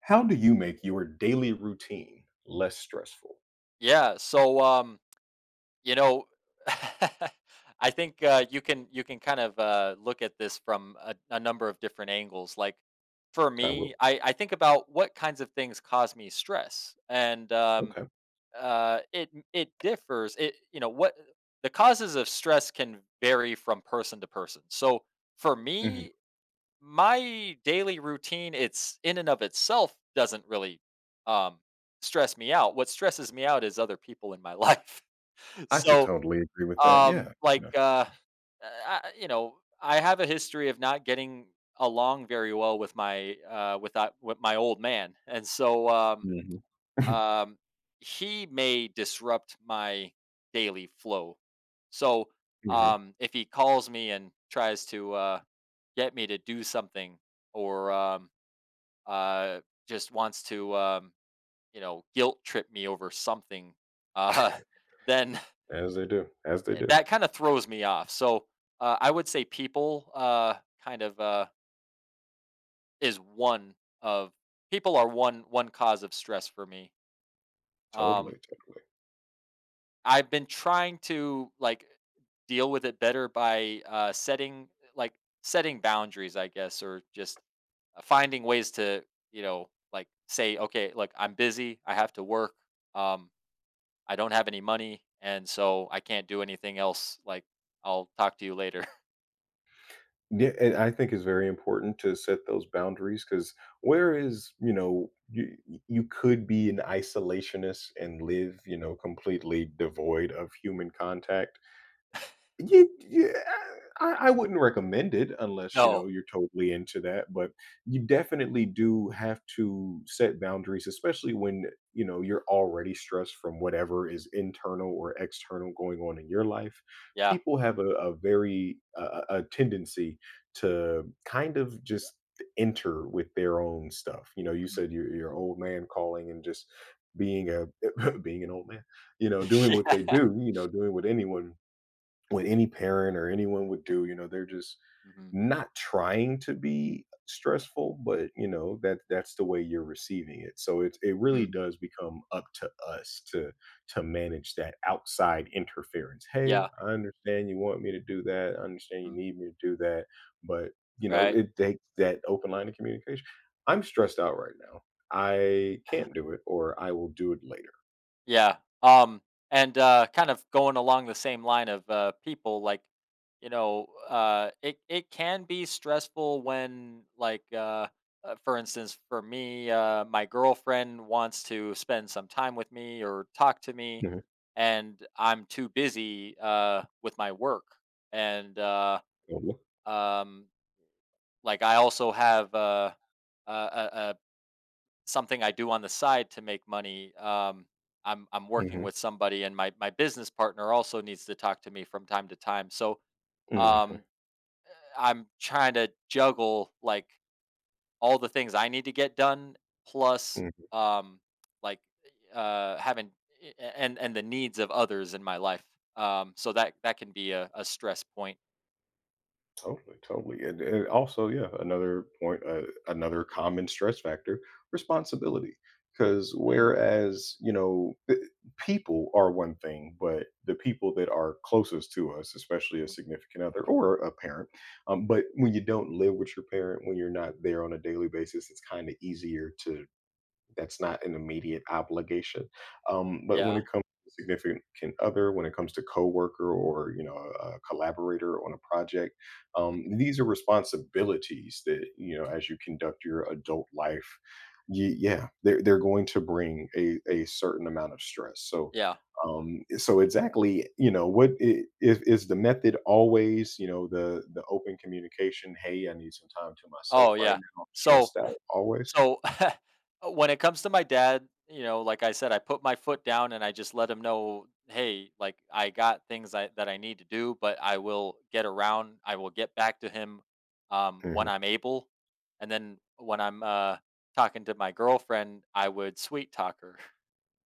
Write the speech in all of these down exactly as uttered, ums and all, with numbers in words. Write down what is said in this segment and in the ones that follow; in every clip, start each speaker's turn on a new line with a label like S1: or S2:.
S1: How do you make your daily routine less stressful?
S2: Yeah, so, um, you know, I think, uh, you can you can kind of, uh, look at this from a a number of different angles. Like, for
S1: I will.
S2: me, I I think about what kinds of things cause me stress, and, um,
S1: Okay.
S2: uh, it it differs. It you know, what the causes of stress can vary from person to person. So, for
S1: Mhm.
S2: me, my daily routine, it's in and of itself, doesn't really um stress me out. What stresses me out is other people in my life.
S1: I could
S2: So,
S1: totally agree with that.
S2: um
S1: Yeah.
S2: like,
S1: Yeah.
S2: uh I, you know I have a history of not getting along very well with my uh with that with my old man, and so um
S1: Mhm.
S2: um he may disrupt my daily flow. So,
S1: Mhm.
S2: um if he calls me and tries to uh get me to do something, or um, uh, just wants to, um, you know, guilt trip me over something, uh, then
S1: As they do. As they do.
S2: that kind of throws me off. So, uh, I would say people, uh, kind of, uh, is one of people are one one cause of stress for me. um,
S1: Totally. Totally.
S2: I've been trying to, like, deal with it better by, uh, setting like setting boundaries, I guess, or just, uh, finding ways to, you know, like, say, okay, look, I'm busy, I have to work, um, I don't have any money, and so I can't do anything else. Like, I'll talk to you later.
S1: Yeah, and I think it's very important to set those boundaries because where is you know you you could be an isolationist and live, you know, completely devoid of human contact. You, yeah, I I wouldn't recommend it unless, you
S2: No.
S1: know, you're totally into that, but you definitely do have to set boundaries, especially when, you know, you're already stressed from whatever is internal or external going on in your life.
S2: Yeah.
S1: People have a, a very uh, a a tendency to kind of just enter with their own stuff. You know, you
S2: Mhm.
S1: said your your old man calling and just being a being an old man, you know, doing what they
S2: Yeah.
S1: do, you know, doing what anyone what any parent or anyone would do. You know, they're just
S2: Hmm.
S1: not trying to be stressful, but you know that that's the way you're receiving it. So it it really
S2: Mm.
S1: does become up to us to to manage that outside interference. Hey,
S2: Yeah.
S1: I understand you want me to do that. I understand you
S2: Mhm.
S1: need me to do that, but you know
S2: Right.
S1: it takes that open line of communication. I'm stressed out right now. I can't do it, or I will do it later.
S2: Yeah. Um and, uh kind of going along the same line of, uh people, like, you know uh it it can be stressful when, like, uh uh, for instance, for me, uh my girlfriend wants to spend some time with me or talk to me,
S1: hmm
S2: and I'm too busy, uh with my work, and uh um like, I also have, uh a, a something I do on the side to make money. Um, I'm I'm working
S1: hmm
S2: with somebody, and my my business partner also needs to talk to me from time to time. So, um, I'm trying to juggle, like, all the things I need to get done, plus,
S1: hmm
S2: um, like, uh, having, a- and and the needs of others in my life. Um, so that that can be a, a stress point.
S1: Totally, totally, and and also, yeah, another point, uh, another common stress factor, responsibility. Because
S2: Mm.
S1: whereas you know, th- people are one thing, but the people that are closest to us, especially a significant other or a parent, um, but when you don't live with your parent, when you're not there on a daily basis, it's kind of easier to that's not an immediate obligation. Um, but when
S2: Yeah.
S1: it comes to significant other, when it comes to coworker, or you know, a, a collaborator on a project, um,
S2: Mhm.
S1: these are responsibilities that you know as you conduct your adult life. y- Yeah, they're they're going to bring a a certain amount of stress. So
S2: Yeah.
S1: um so exactly, you know, what i- is, is the method always, you know, the the open communication? Hey, I need some time to myself
S2: Oh
S1: right
S2: yeah.
S1: now. I'm
S2: So
S1: stressed out always.
S2: So, when it comes to my dad, you know, like I said, I put my foot down and I just let him know, "Hey, like, I got things I, that I need to do, but I will get around. I will get back to him, um, when
S1: Mhm.
S2: I'm able." And then when I'm, uh, talking to my girlfriend, I would sweet talk her.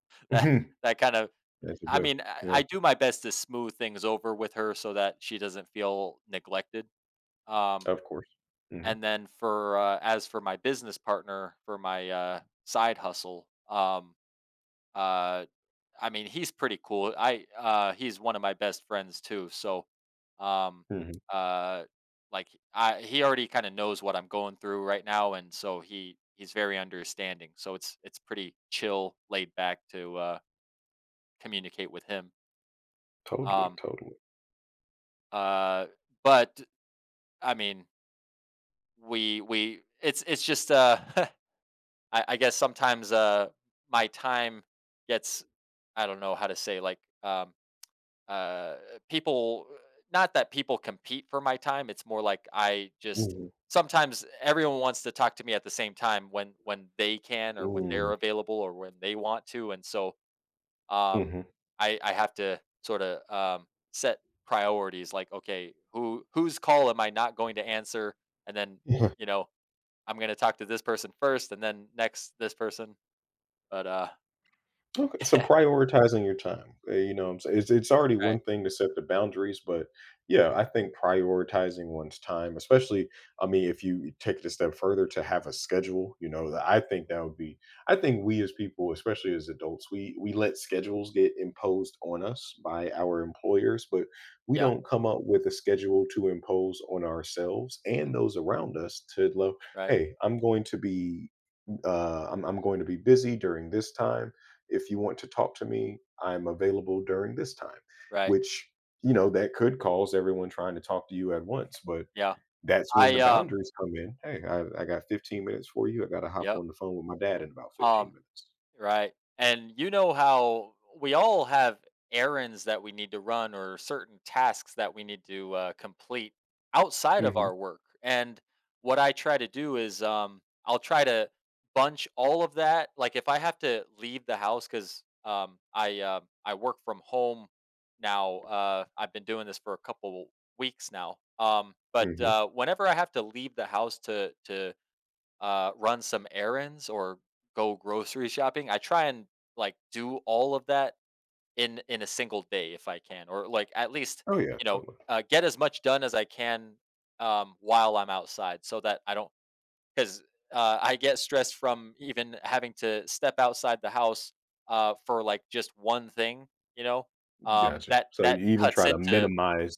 S2: that that kind of,
S1: As you
S2: I
S1: do.
S2: mean, I,
S1: Yeah,
S2: I do my best to smooth things over with her so that she doesn't feel neglected. Um,
S1: of course. Mhm,
S2: and then for, uh, as for my business partner, for my, uh, side hustle, um, uh, I mean, he's pretty cool. I, uh, he's one of my best friends too. So, um,
S1: mhm.
S2: uh, like, I, he already kind of knows what I'm going through right now. And so he, he's very understanding. So it's, it's pretty chill, laid back to, uh, communicate with him.
S1: Totally,
S2: Um,
S1: totally.
S2: uh, but I mean, we, we, it's, it's just, uh, I, I guess sometimes, uh my time gets, I don't know how to say, like, um uh people, not that people compete for my time, it's more like I just
S1: Mhm,
S2: sometimes everyone wants to talk to me at the same time when when they can, or when they're available, or when they want to, and so,
S1: mm,
S2: um
S1: mhm.
S2: I I have to sort of, um set priorities, like, okay, who whose call am I not going to answer, and then, you know I'm going to talk to this person first and then next this person, but, uh
S1: Okay, so prioritizing your time, uh, you know, what I'm saying, it's it's already
S2: right.
S1: one thing to set the boundaries, but yeah, I think prioritizing one's time, especially, I mean, if you take it a step further to have a schedule, you know, that I think that would be, I think we as people, especially as adults, we we let schedules get imposed on us by our employers, but we
S2: Yeah.
S1: don't come up with a schedule to impose on ourselves and
S2: Mhm.
S1: those around us to love.
S2: Right.
S1: Hey, I'm going to be uh, I'm, I'm going to be busy during this time. If you want to talk to me, I'm available during this time,
S2: Right.
S1: which, you know, that could cause everyone trying to talk to you at once. But
S2: Yeah.
S1: that's when the
S2: I, um
S1: boundaries come in. Hey, I, I got fifteen minutes for you. I got to hop
S2: yep.
S1: on the phone with my dad in about fifteen
S2: um
S1: minutes.
S2: Right. And you know how we all have errands that we need to run, or certain tasks that we need to, uh, complete outside of
S1: hmm
S2: our work. And what I try to do is, um, I'll try to bunch all of that. Like, if I have to leave the house, because, um, I uh, I work from home now. Uh, I've been doing this for a couple weeks now. Um, but
S1: hmm
S2: uh, whenever I have to leave the house to to uh, run some errands or go grocery shopping, I try and, like, do all of that in in a single day if I can, or, like, at least,
S1: Oh, yeah,
S2: you know
S1: totally.
S2: uh, get as much done as I can, um, while I'm outside, so that I don't, because, uh, I get stressed from even having to step outside the house, uh, for, like, just one thing. You know, um,
S1: Gotcha.
S2: that
S1: So
S2: that
S1: you even
S2: cuts
S1: try to
S2: into.
S1: minimize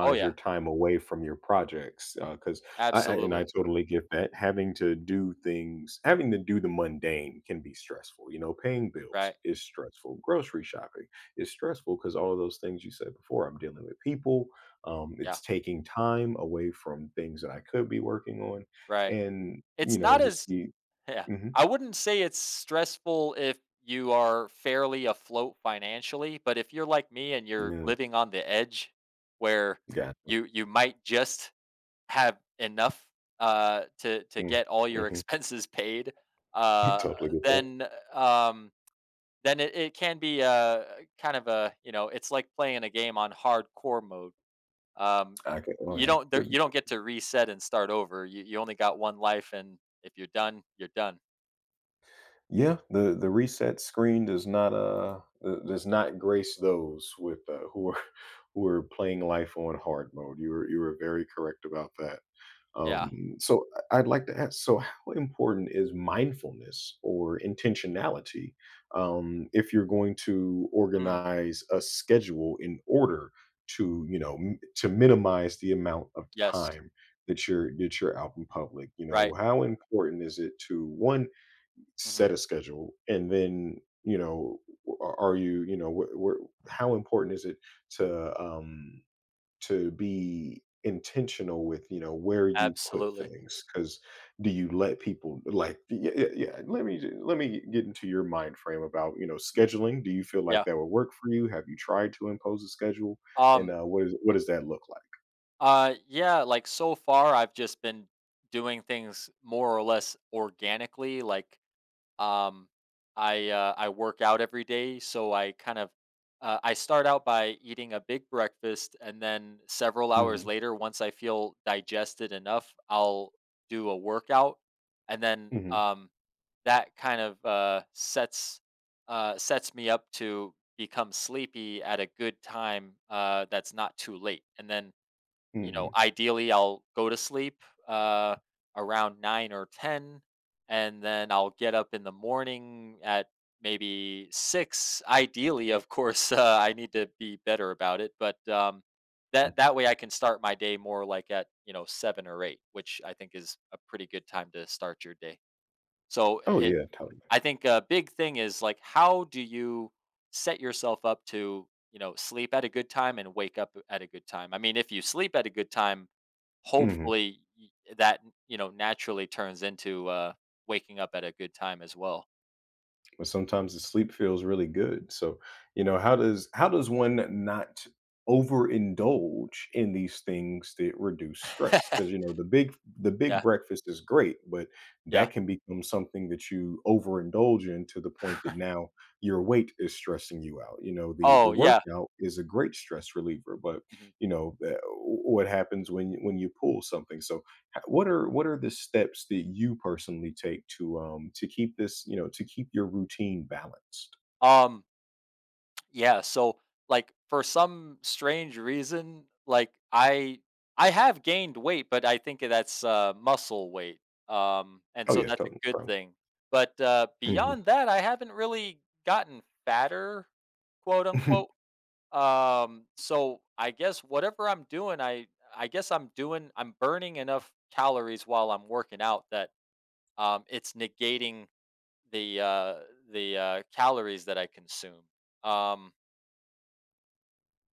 S2: Oh
S1: your
S2: yeah,
S1: time away from your projects, because I I and I
S2: absolutely.
S1: totally get that. Having to do things, having to do the mundane can be stressful, you know, paying bills
S2: Right.
S1: is stressful, grocery shopping is stressful because all of those things you said before, I'm dealing with people, um,
S2: Yeah.
S1: it's taking time away from things that I could be working on,
S2: Right.
S1: and,
S2: It's
S1: you know,
S2: not
S1: just
S2: as
S1: the
S2: Yeah.
S1: mhm,
S2: I wouldn't say it's stressful if you are fairly afloat financially, but if you're like me and you're
S1: yeah,
S2: living on the edge, where
S1: gotcha.
S2: you you might just have enough, uh to to
S1: Mm,
S2: get all your
S1: mhm,
S2: expenses paid, uh
S1: totally get that.
S2: then um then it, it can be, uh kind of a, you know, it's like playing a game on hardcore mode. Um
S1: I can, oh,
S2: you
S1: yeah,
S2: don't there,
S1: good.
S2: you don't get to reset and start over. You you only got one life, and if you're done, you're done.
S1: Yeah, the the reset screen does not uh uh, does not grace those with uh, who are who are playing life on hard mode. You were, you were very correct about that.
S2: Yeah.
S1: Um, so I- I'd like to ask, so how important is mindfulness or intentionality, um, if you're going to
S2: Mm.
S1: organize a schedule in order to, you know, m- to minimize the amount of
S2: Yes.
S1: time that you're that you're out in public? You know,
S2: Right.
S1: how important is it to one set
S2: Mhm.
S1: a schedule and then, you know, are are you, you know, wh- where how important is it to um to be intentional with, you know, where you put
S2: Absolutely.
S1: things because do you let people like, yeah, yeah, yeah, let me let me get into your mind frame about, you know,
S2: Mm.
S1: scheduling. Do you feel like
S2: Yeah.
S1: that would work for you? Have you tried to impose a schedule and
S2: um,
S1: uh, what is what
S2: mm,
S1: does that look
S2: uh, yeah, like, so far, I've just been doing things more or less organically, like, um, I, uh, I work out every day, so I kind of, uh, I start out by eating a big breakfast, and then several
S1: like? hmm
S2: hours later, once I feel digested enough, I'll do a workout, and then,
S1: hmm
S2: um that kind of, uh, sets uh, sets me up to become sleepy at a good time, uh, that's not too late, and then, you know,
S1: hmm
S2: ideally, I'll go to sleep, uh, around nine or ten, and then I'll get up in the morning at maybe six. Ideally, of course, uh, I need to be better about it, but, um, that that way I can start my day more like at, you know, seven or eight, which I think is a pretty good time to start your day. So,
S1: oh
S2: it
S1: yeah, totally.
S2: I think a big thing is, like, how do you set yourself up to, you know, sleep at a good time and wake up at a good time? I mean, if you sleep at a good time,
S1: Hmm.
S2: hopefully y- that, you know, naturally turns into, uh waking up at a good time as well.
S1: But sometimes the sleep feels really good. So, you know, how does, how does one not overindulge in these things that reduce stress? Because you know, the big the big
S2: Yeah.
S1: breakfast is great, but
S2: Yeah.
S1: that can become something that you overindulge in to the point that now your weight is stressing you out. You know, the the
S2: Oh, yeah.
S1: workout is a great stress reliever, but
S2: Mhm.
S1: you know uh, what happens when you- when you pull something. So h- what are, what are the steps that you personally take to um, to keep this, you know, to keep your routine balanced?
S2: Um Yeah, so, like, for some strange reason, like, I I have gained weight, but I think that's, uh, muscle weight, um, and
S1: Oh
S2: so
S1: yeah,
S2: that's a
S1: totally,
S2: good
S1: totally.
S2: thing, but, uh,
S1: Mm.
S2: beyond that, I haven't really gotten "fatter," quote,
S1: Mm-hmm.
S2: unquote, um, so I guess whatever I'm doing, I I guess I'm doing I'm burning enough calories while I'm working out, that, um, it's negating the, uh the, uh, calories that I consume. um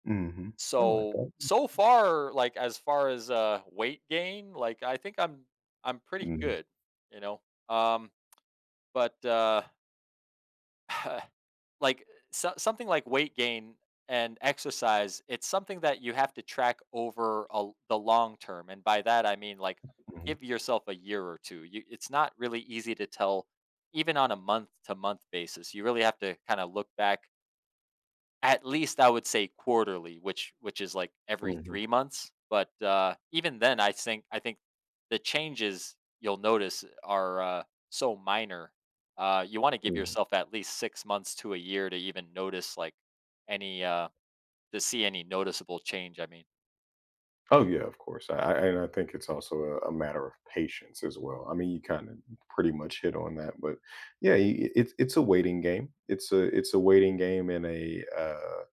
S1: Hmm. I like
S2: So,
S1: that.
S2: so far, like, as far as, uh weight gain, like, I think I'm I'm pretty
S1: hmm
S2: good, you know. Um, but, uh, like, so, something like weight gain and exercise, it's something that you have to track over a, the long term, and by that I mean, like, give yourself a year or two. You, it's not really easy to tell, even on a month to month basis. You really have to kind of look back, at least I would say, quarterly, which which is like every
S1: hmm
S2: three months, but, uh, even then, I think I think the changes you'll notice are, uh, so minor. Uh, you wanna give
S1: hmm
S2: yourself at least six months to a year to even notice, like, any, uh to see any noticeable change, I mean.
S1: oh yeah, of course. I, I and I think it's also a, a matter of patience as well. I mean, you kind of pretty much hit on that, but yeah, y- y- it's it's a waiting game, it's a it's a waiting game and a uh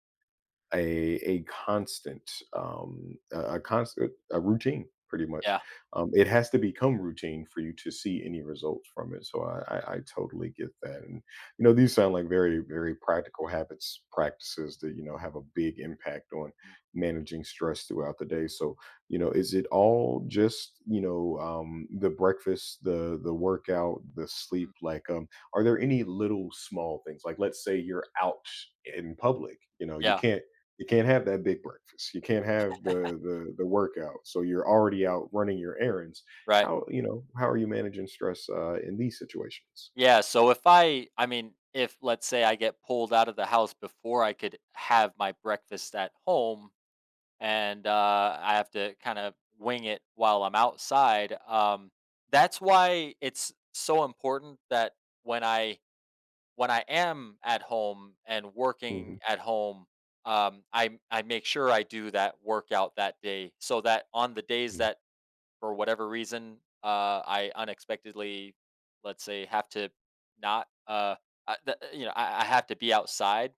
S1: a a constant, um, a a constant a routine pretty much.
S2: Yeah.
S1: Um, it has to become routine for you to see any results from it. So I, I, I totally get that, and you know these sound like very, very practical habits, practices that you know have a big impact on
S2: Mm.
S1: managing stress throughout the day. So you know, is it all just, you know, um, the breakfast, the the workout, the
S2: Mhm.
S1: sleep? Like um, are there any little small things? Like let's say you're out in public, you know you
S2: Yeah,
S1: can't you can't have that big breakfast. You can't have the the the workout. So you're already out running your errands.
S2: right.
S1: How, you know? How are you managing stress uh, in these situations?
S2: Yeah, so if I I mean, if, let's say, I get pulled out of the house before I could have my breakfast at home, and, uh, I have to kind of wing it while I'm outside. Um, that's why it's so important that, when I when I am at home and working
S1: Mhm,
S2: at home, um, I I make sure I do that workout that day, so that on the days
S1: mm,
S2: that, for whatever reason, uh, I unexpectedly, let's say, have to not uh, I, th- you know I, I have to be outside,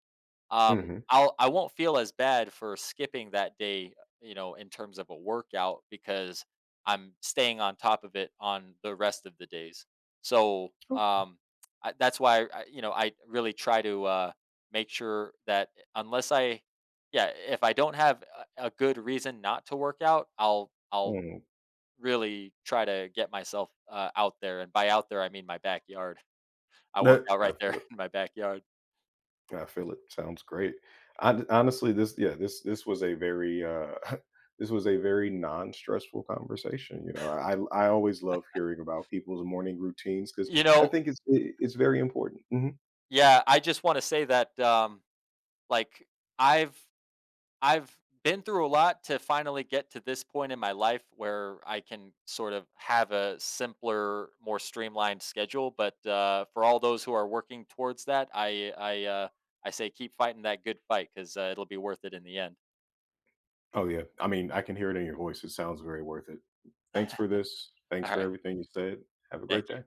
S2: um,
S1: mhm.
S2: I'll I won't feel as bad for skipping that day, you know, in terms of a workout, because I'm staying on top of it on the rest of the days. So,
S1: Okay.
S2: um, I, that's why I, you know I really try to, uh, make sure that, unless I, yeah, if I don't have a, a good reason not to work out, I'll I'll
S1: Mm,
S2: really try to get myself, uh, out there, and by out there I mean my backyard. I work
S1: that
S2: out
S1: I
S2: right there
S1: feel it.
S2: in my backyard
S1: I feel it. Sounds great. Hon honestly, this yeah, this this was a very uh, this was a very non-stressful conversation. You know, I I always love hearing about people's morning routines because
S2: you
S1: I
S2: know
S1: think it's it, it's very important. Mhm.
S2: Yeah, I just wanna say that, um, like, I've I've been through a lot to finally get to this point in my life where I can sort of have a simpler, more streamlined schedule, but, uh, for all those who are working towards that, I I, uh, I say keep fighting that good fight, 'cause, uh, it'll be worth it in the end.
S1: Oh, yeah. I mean, I can hear it in your voice. It sounds very worth it. Thanks for this. Thanks for
S2: Alright,
S1: everything you said. Have a
S2: thank
S1: great
S2: you.
S1: day.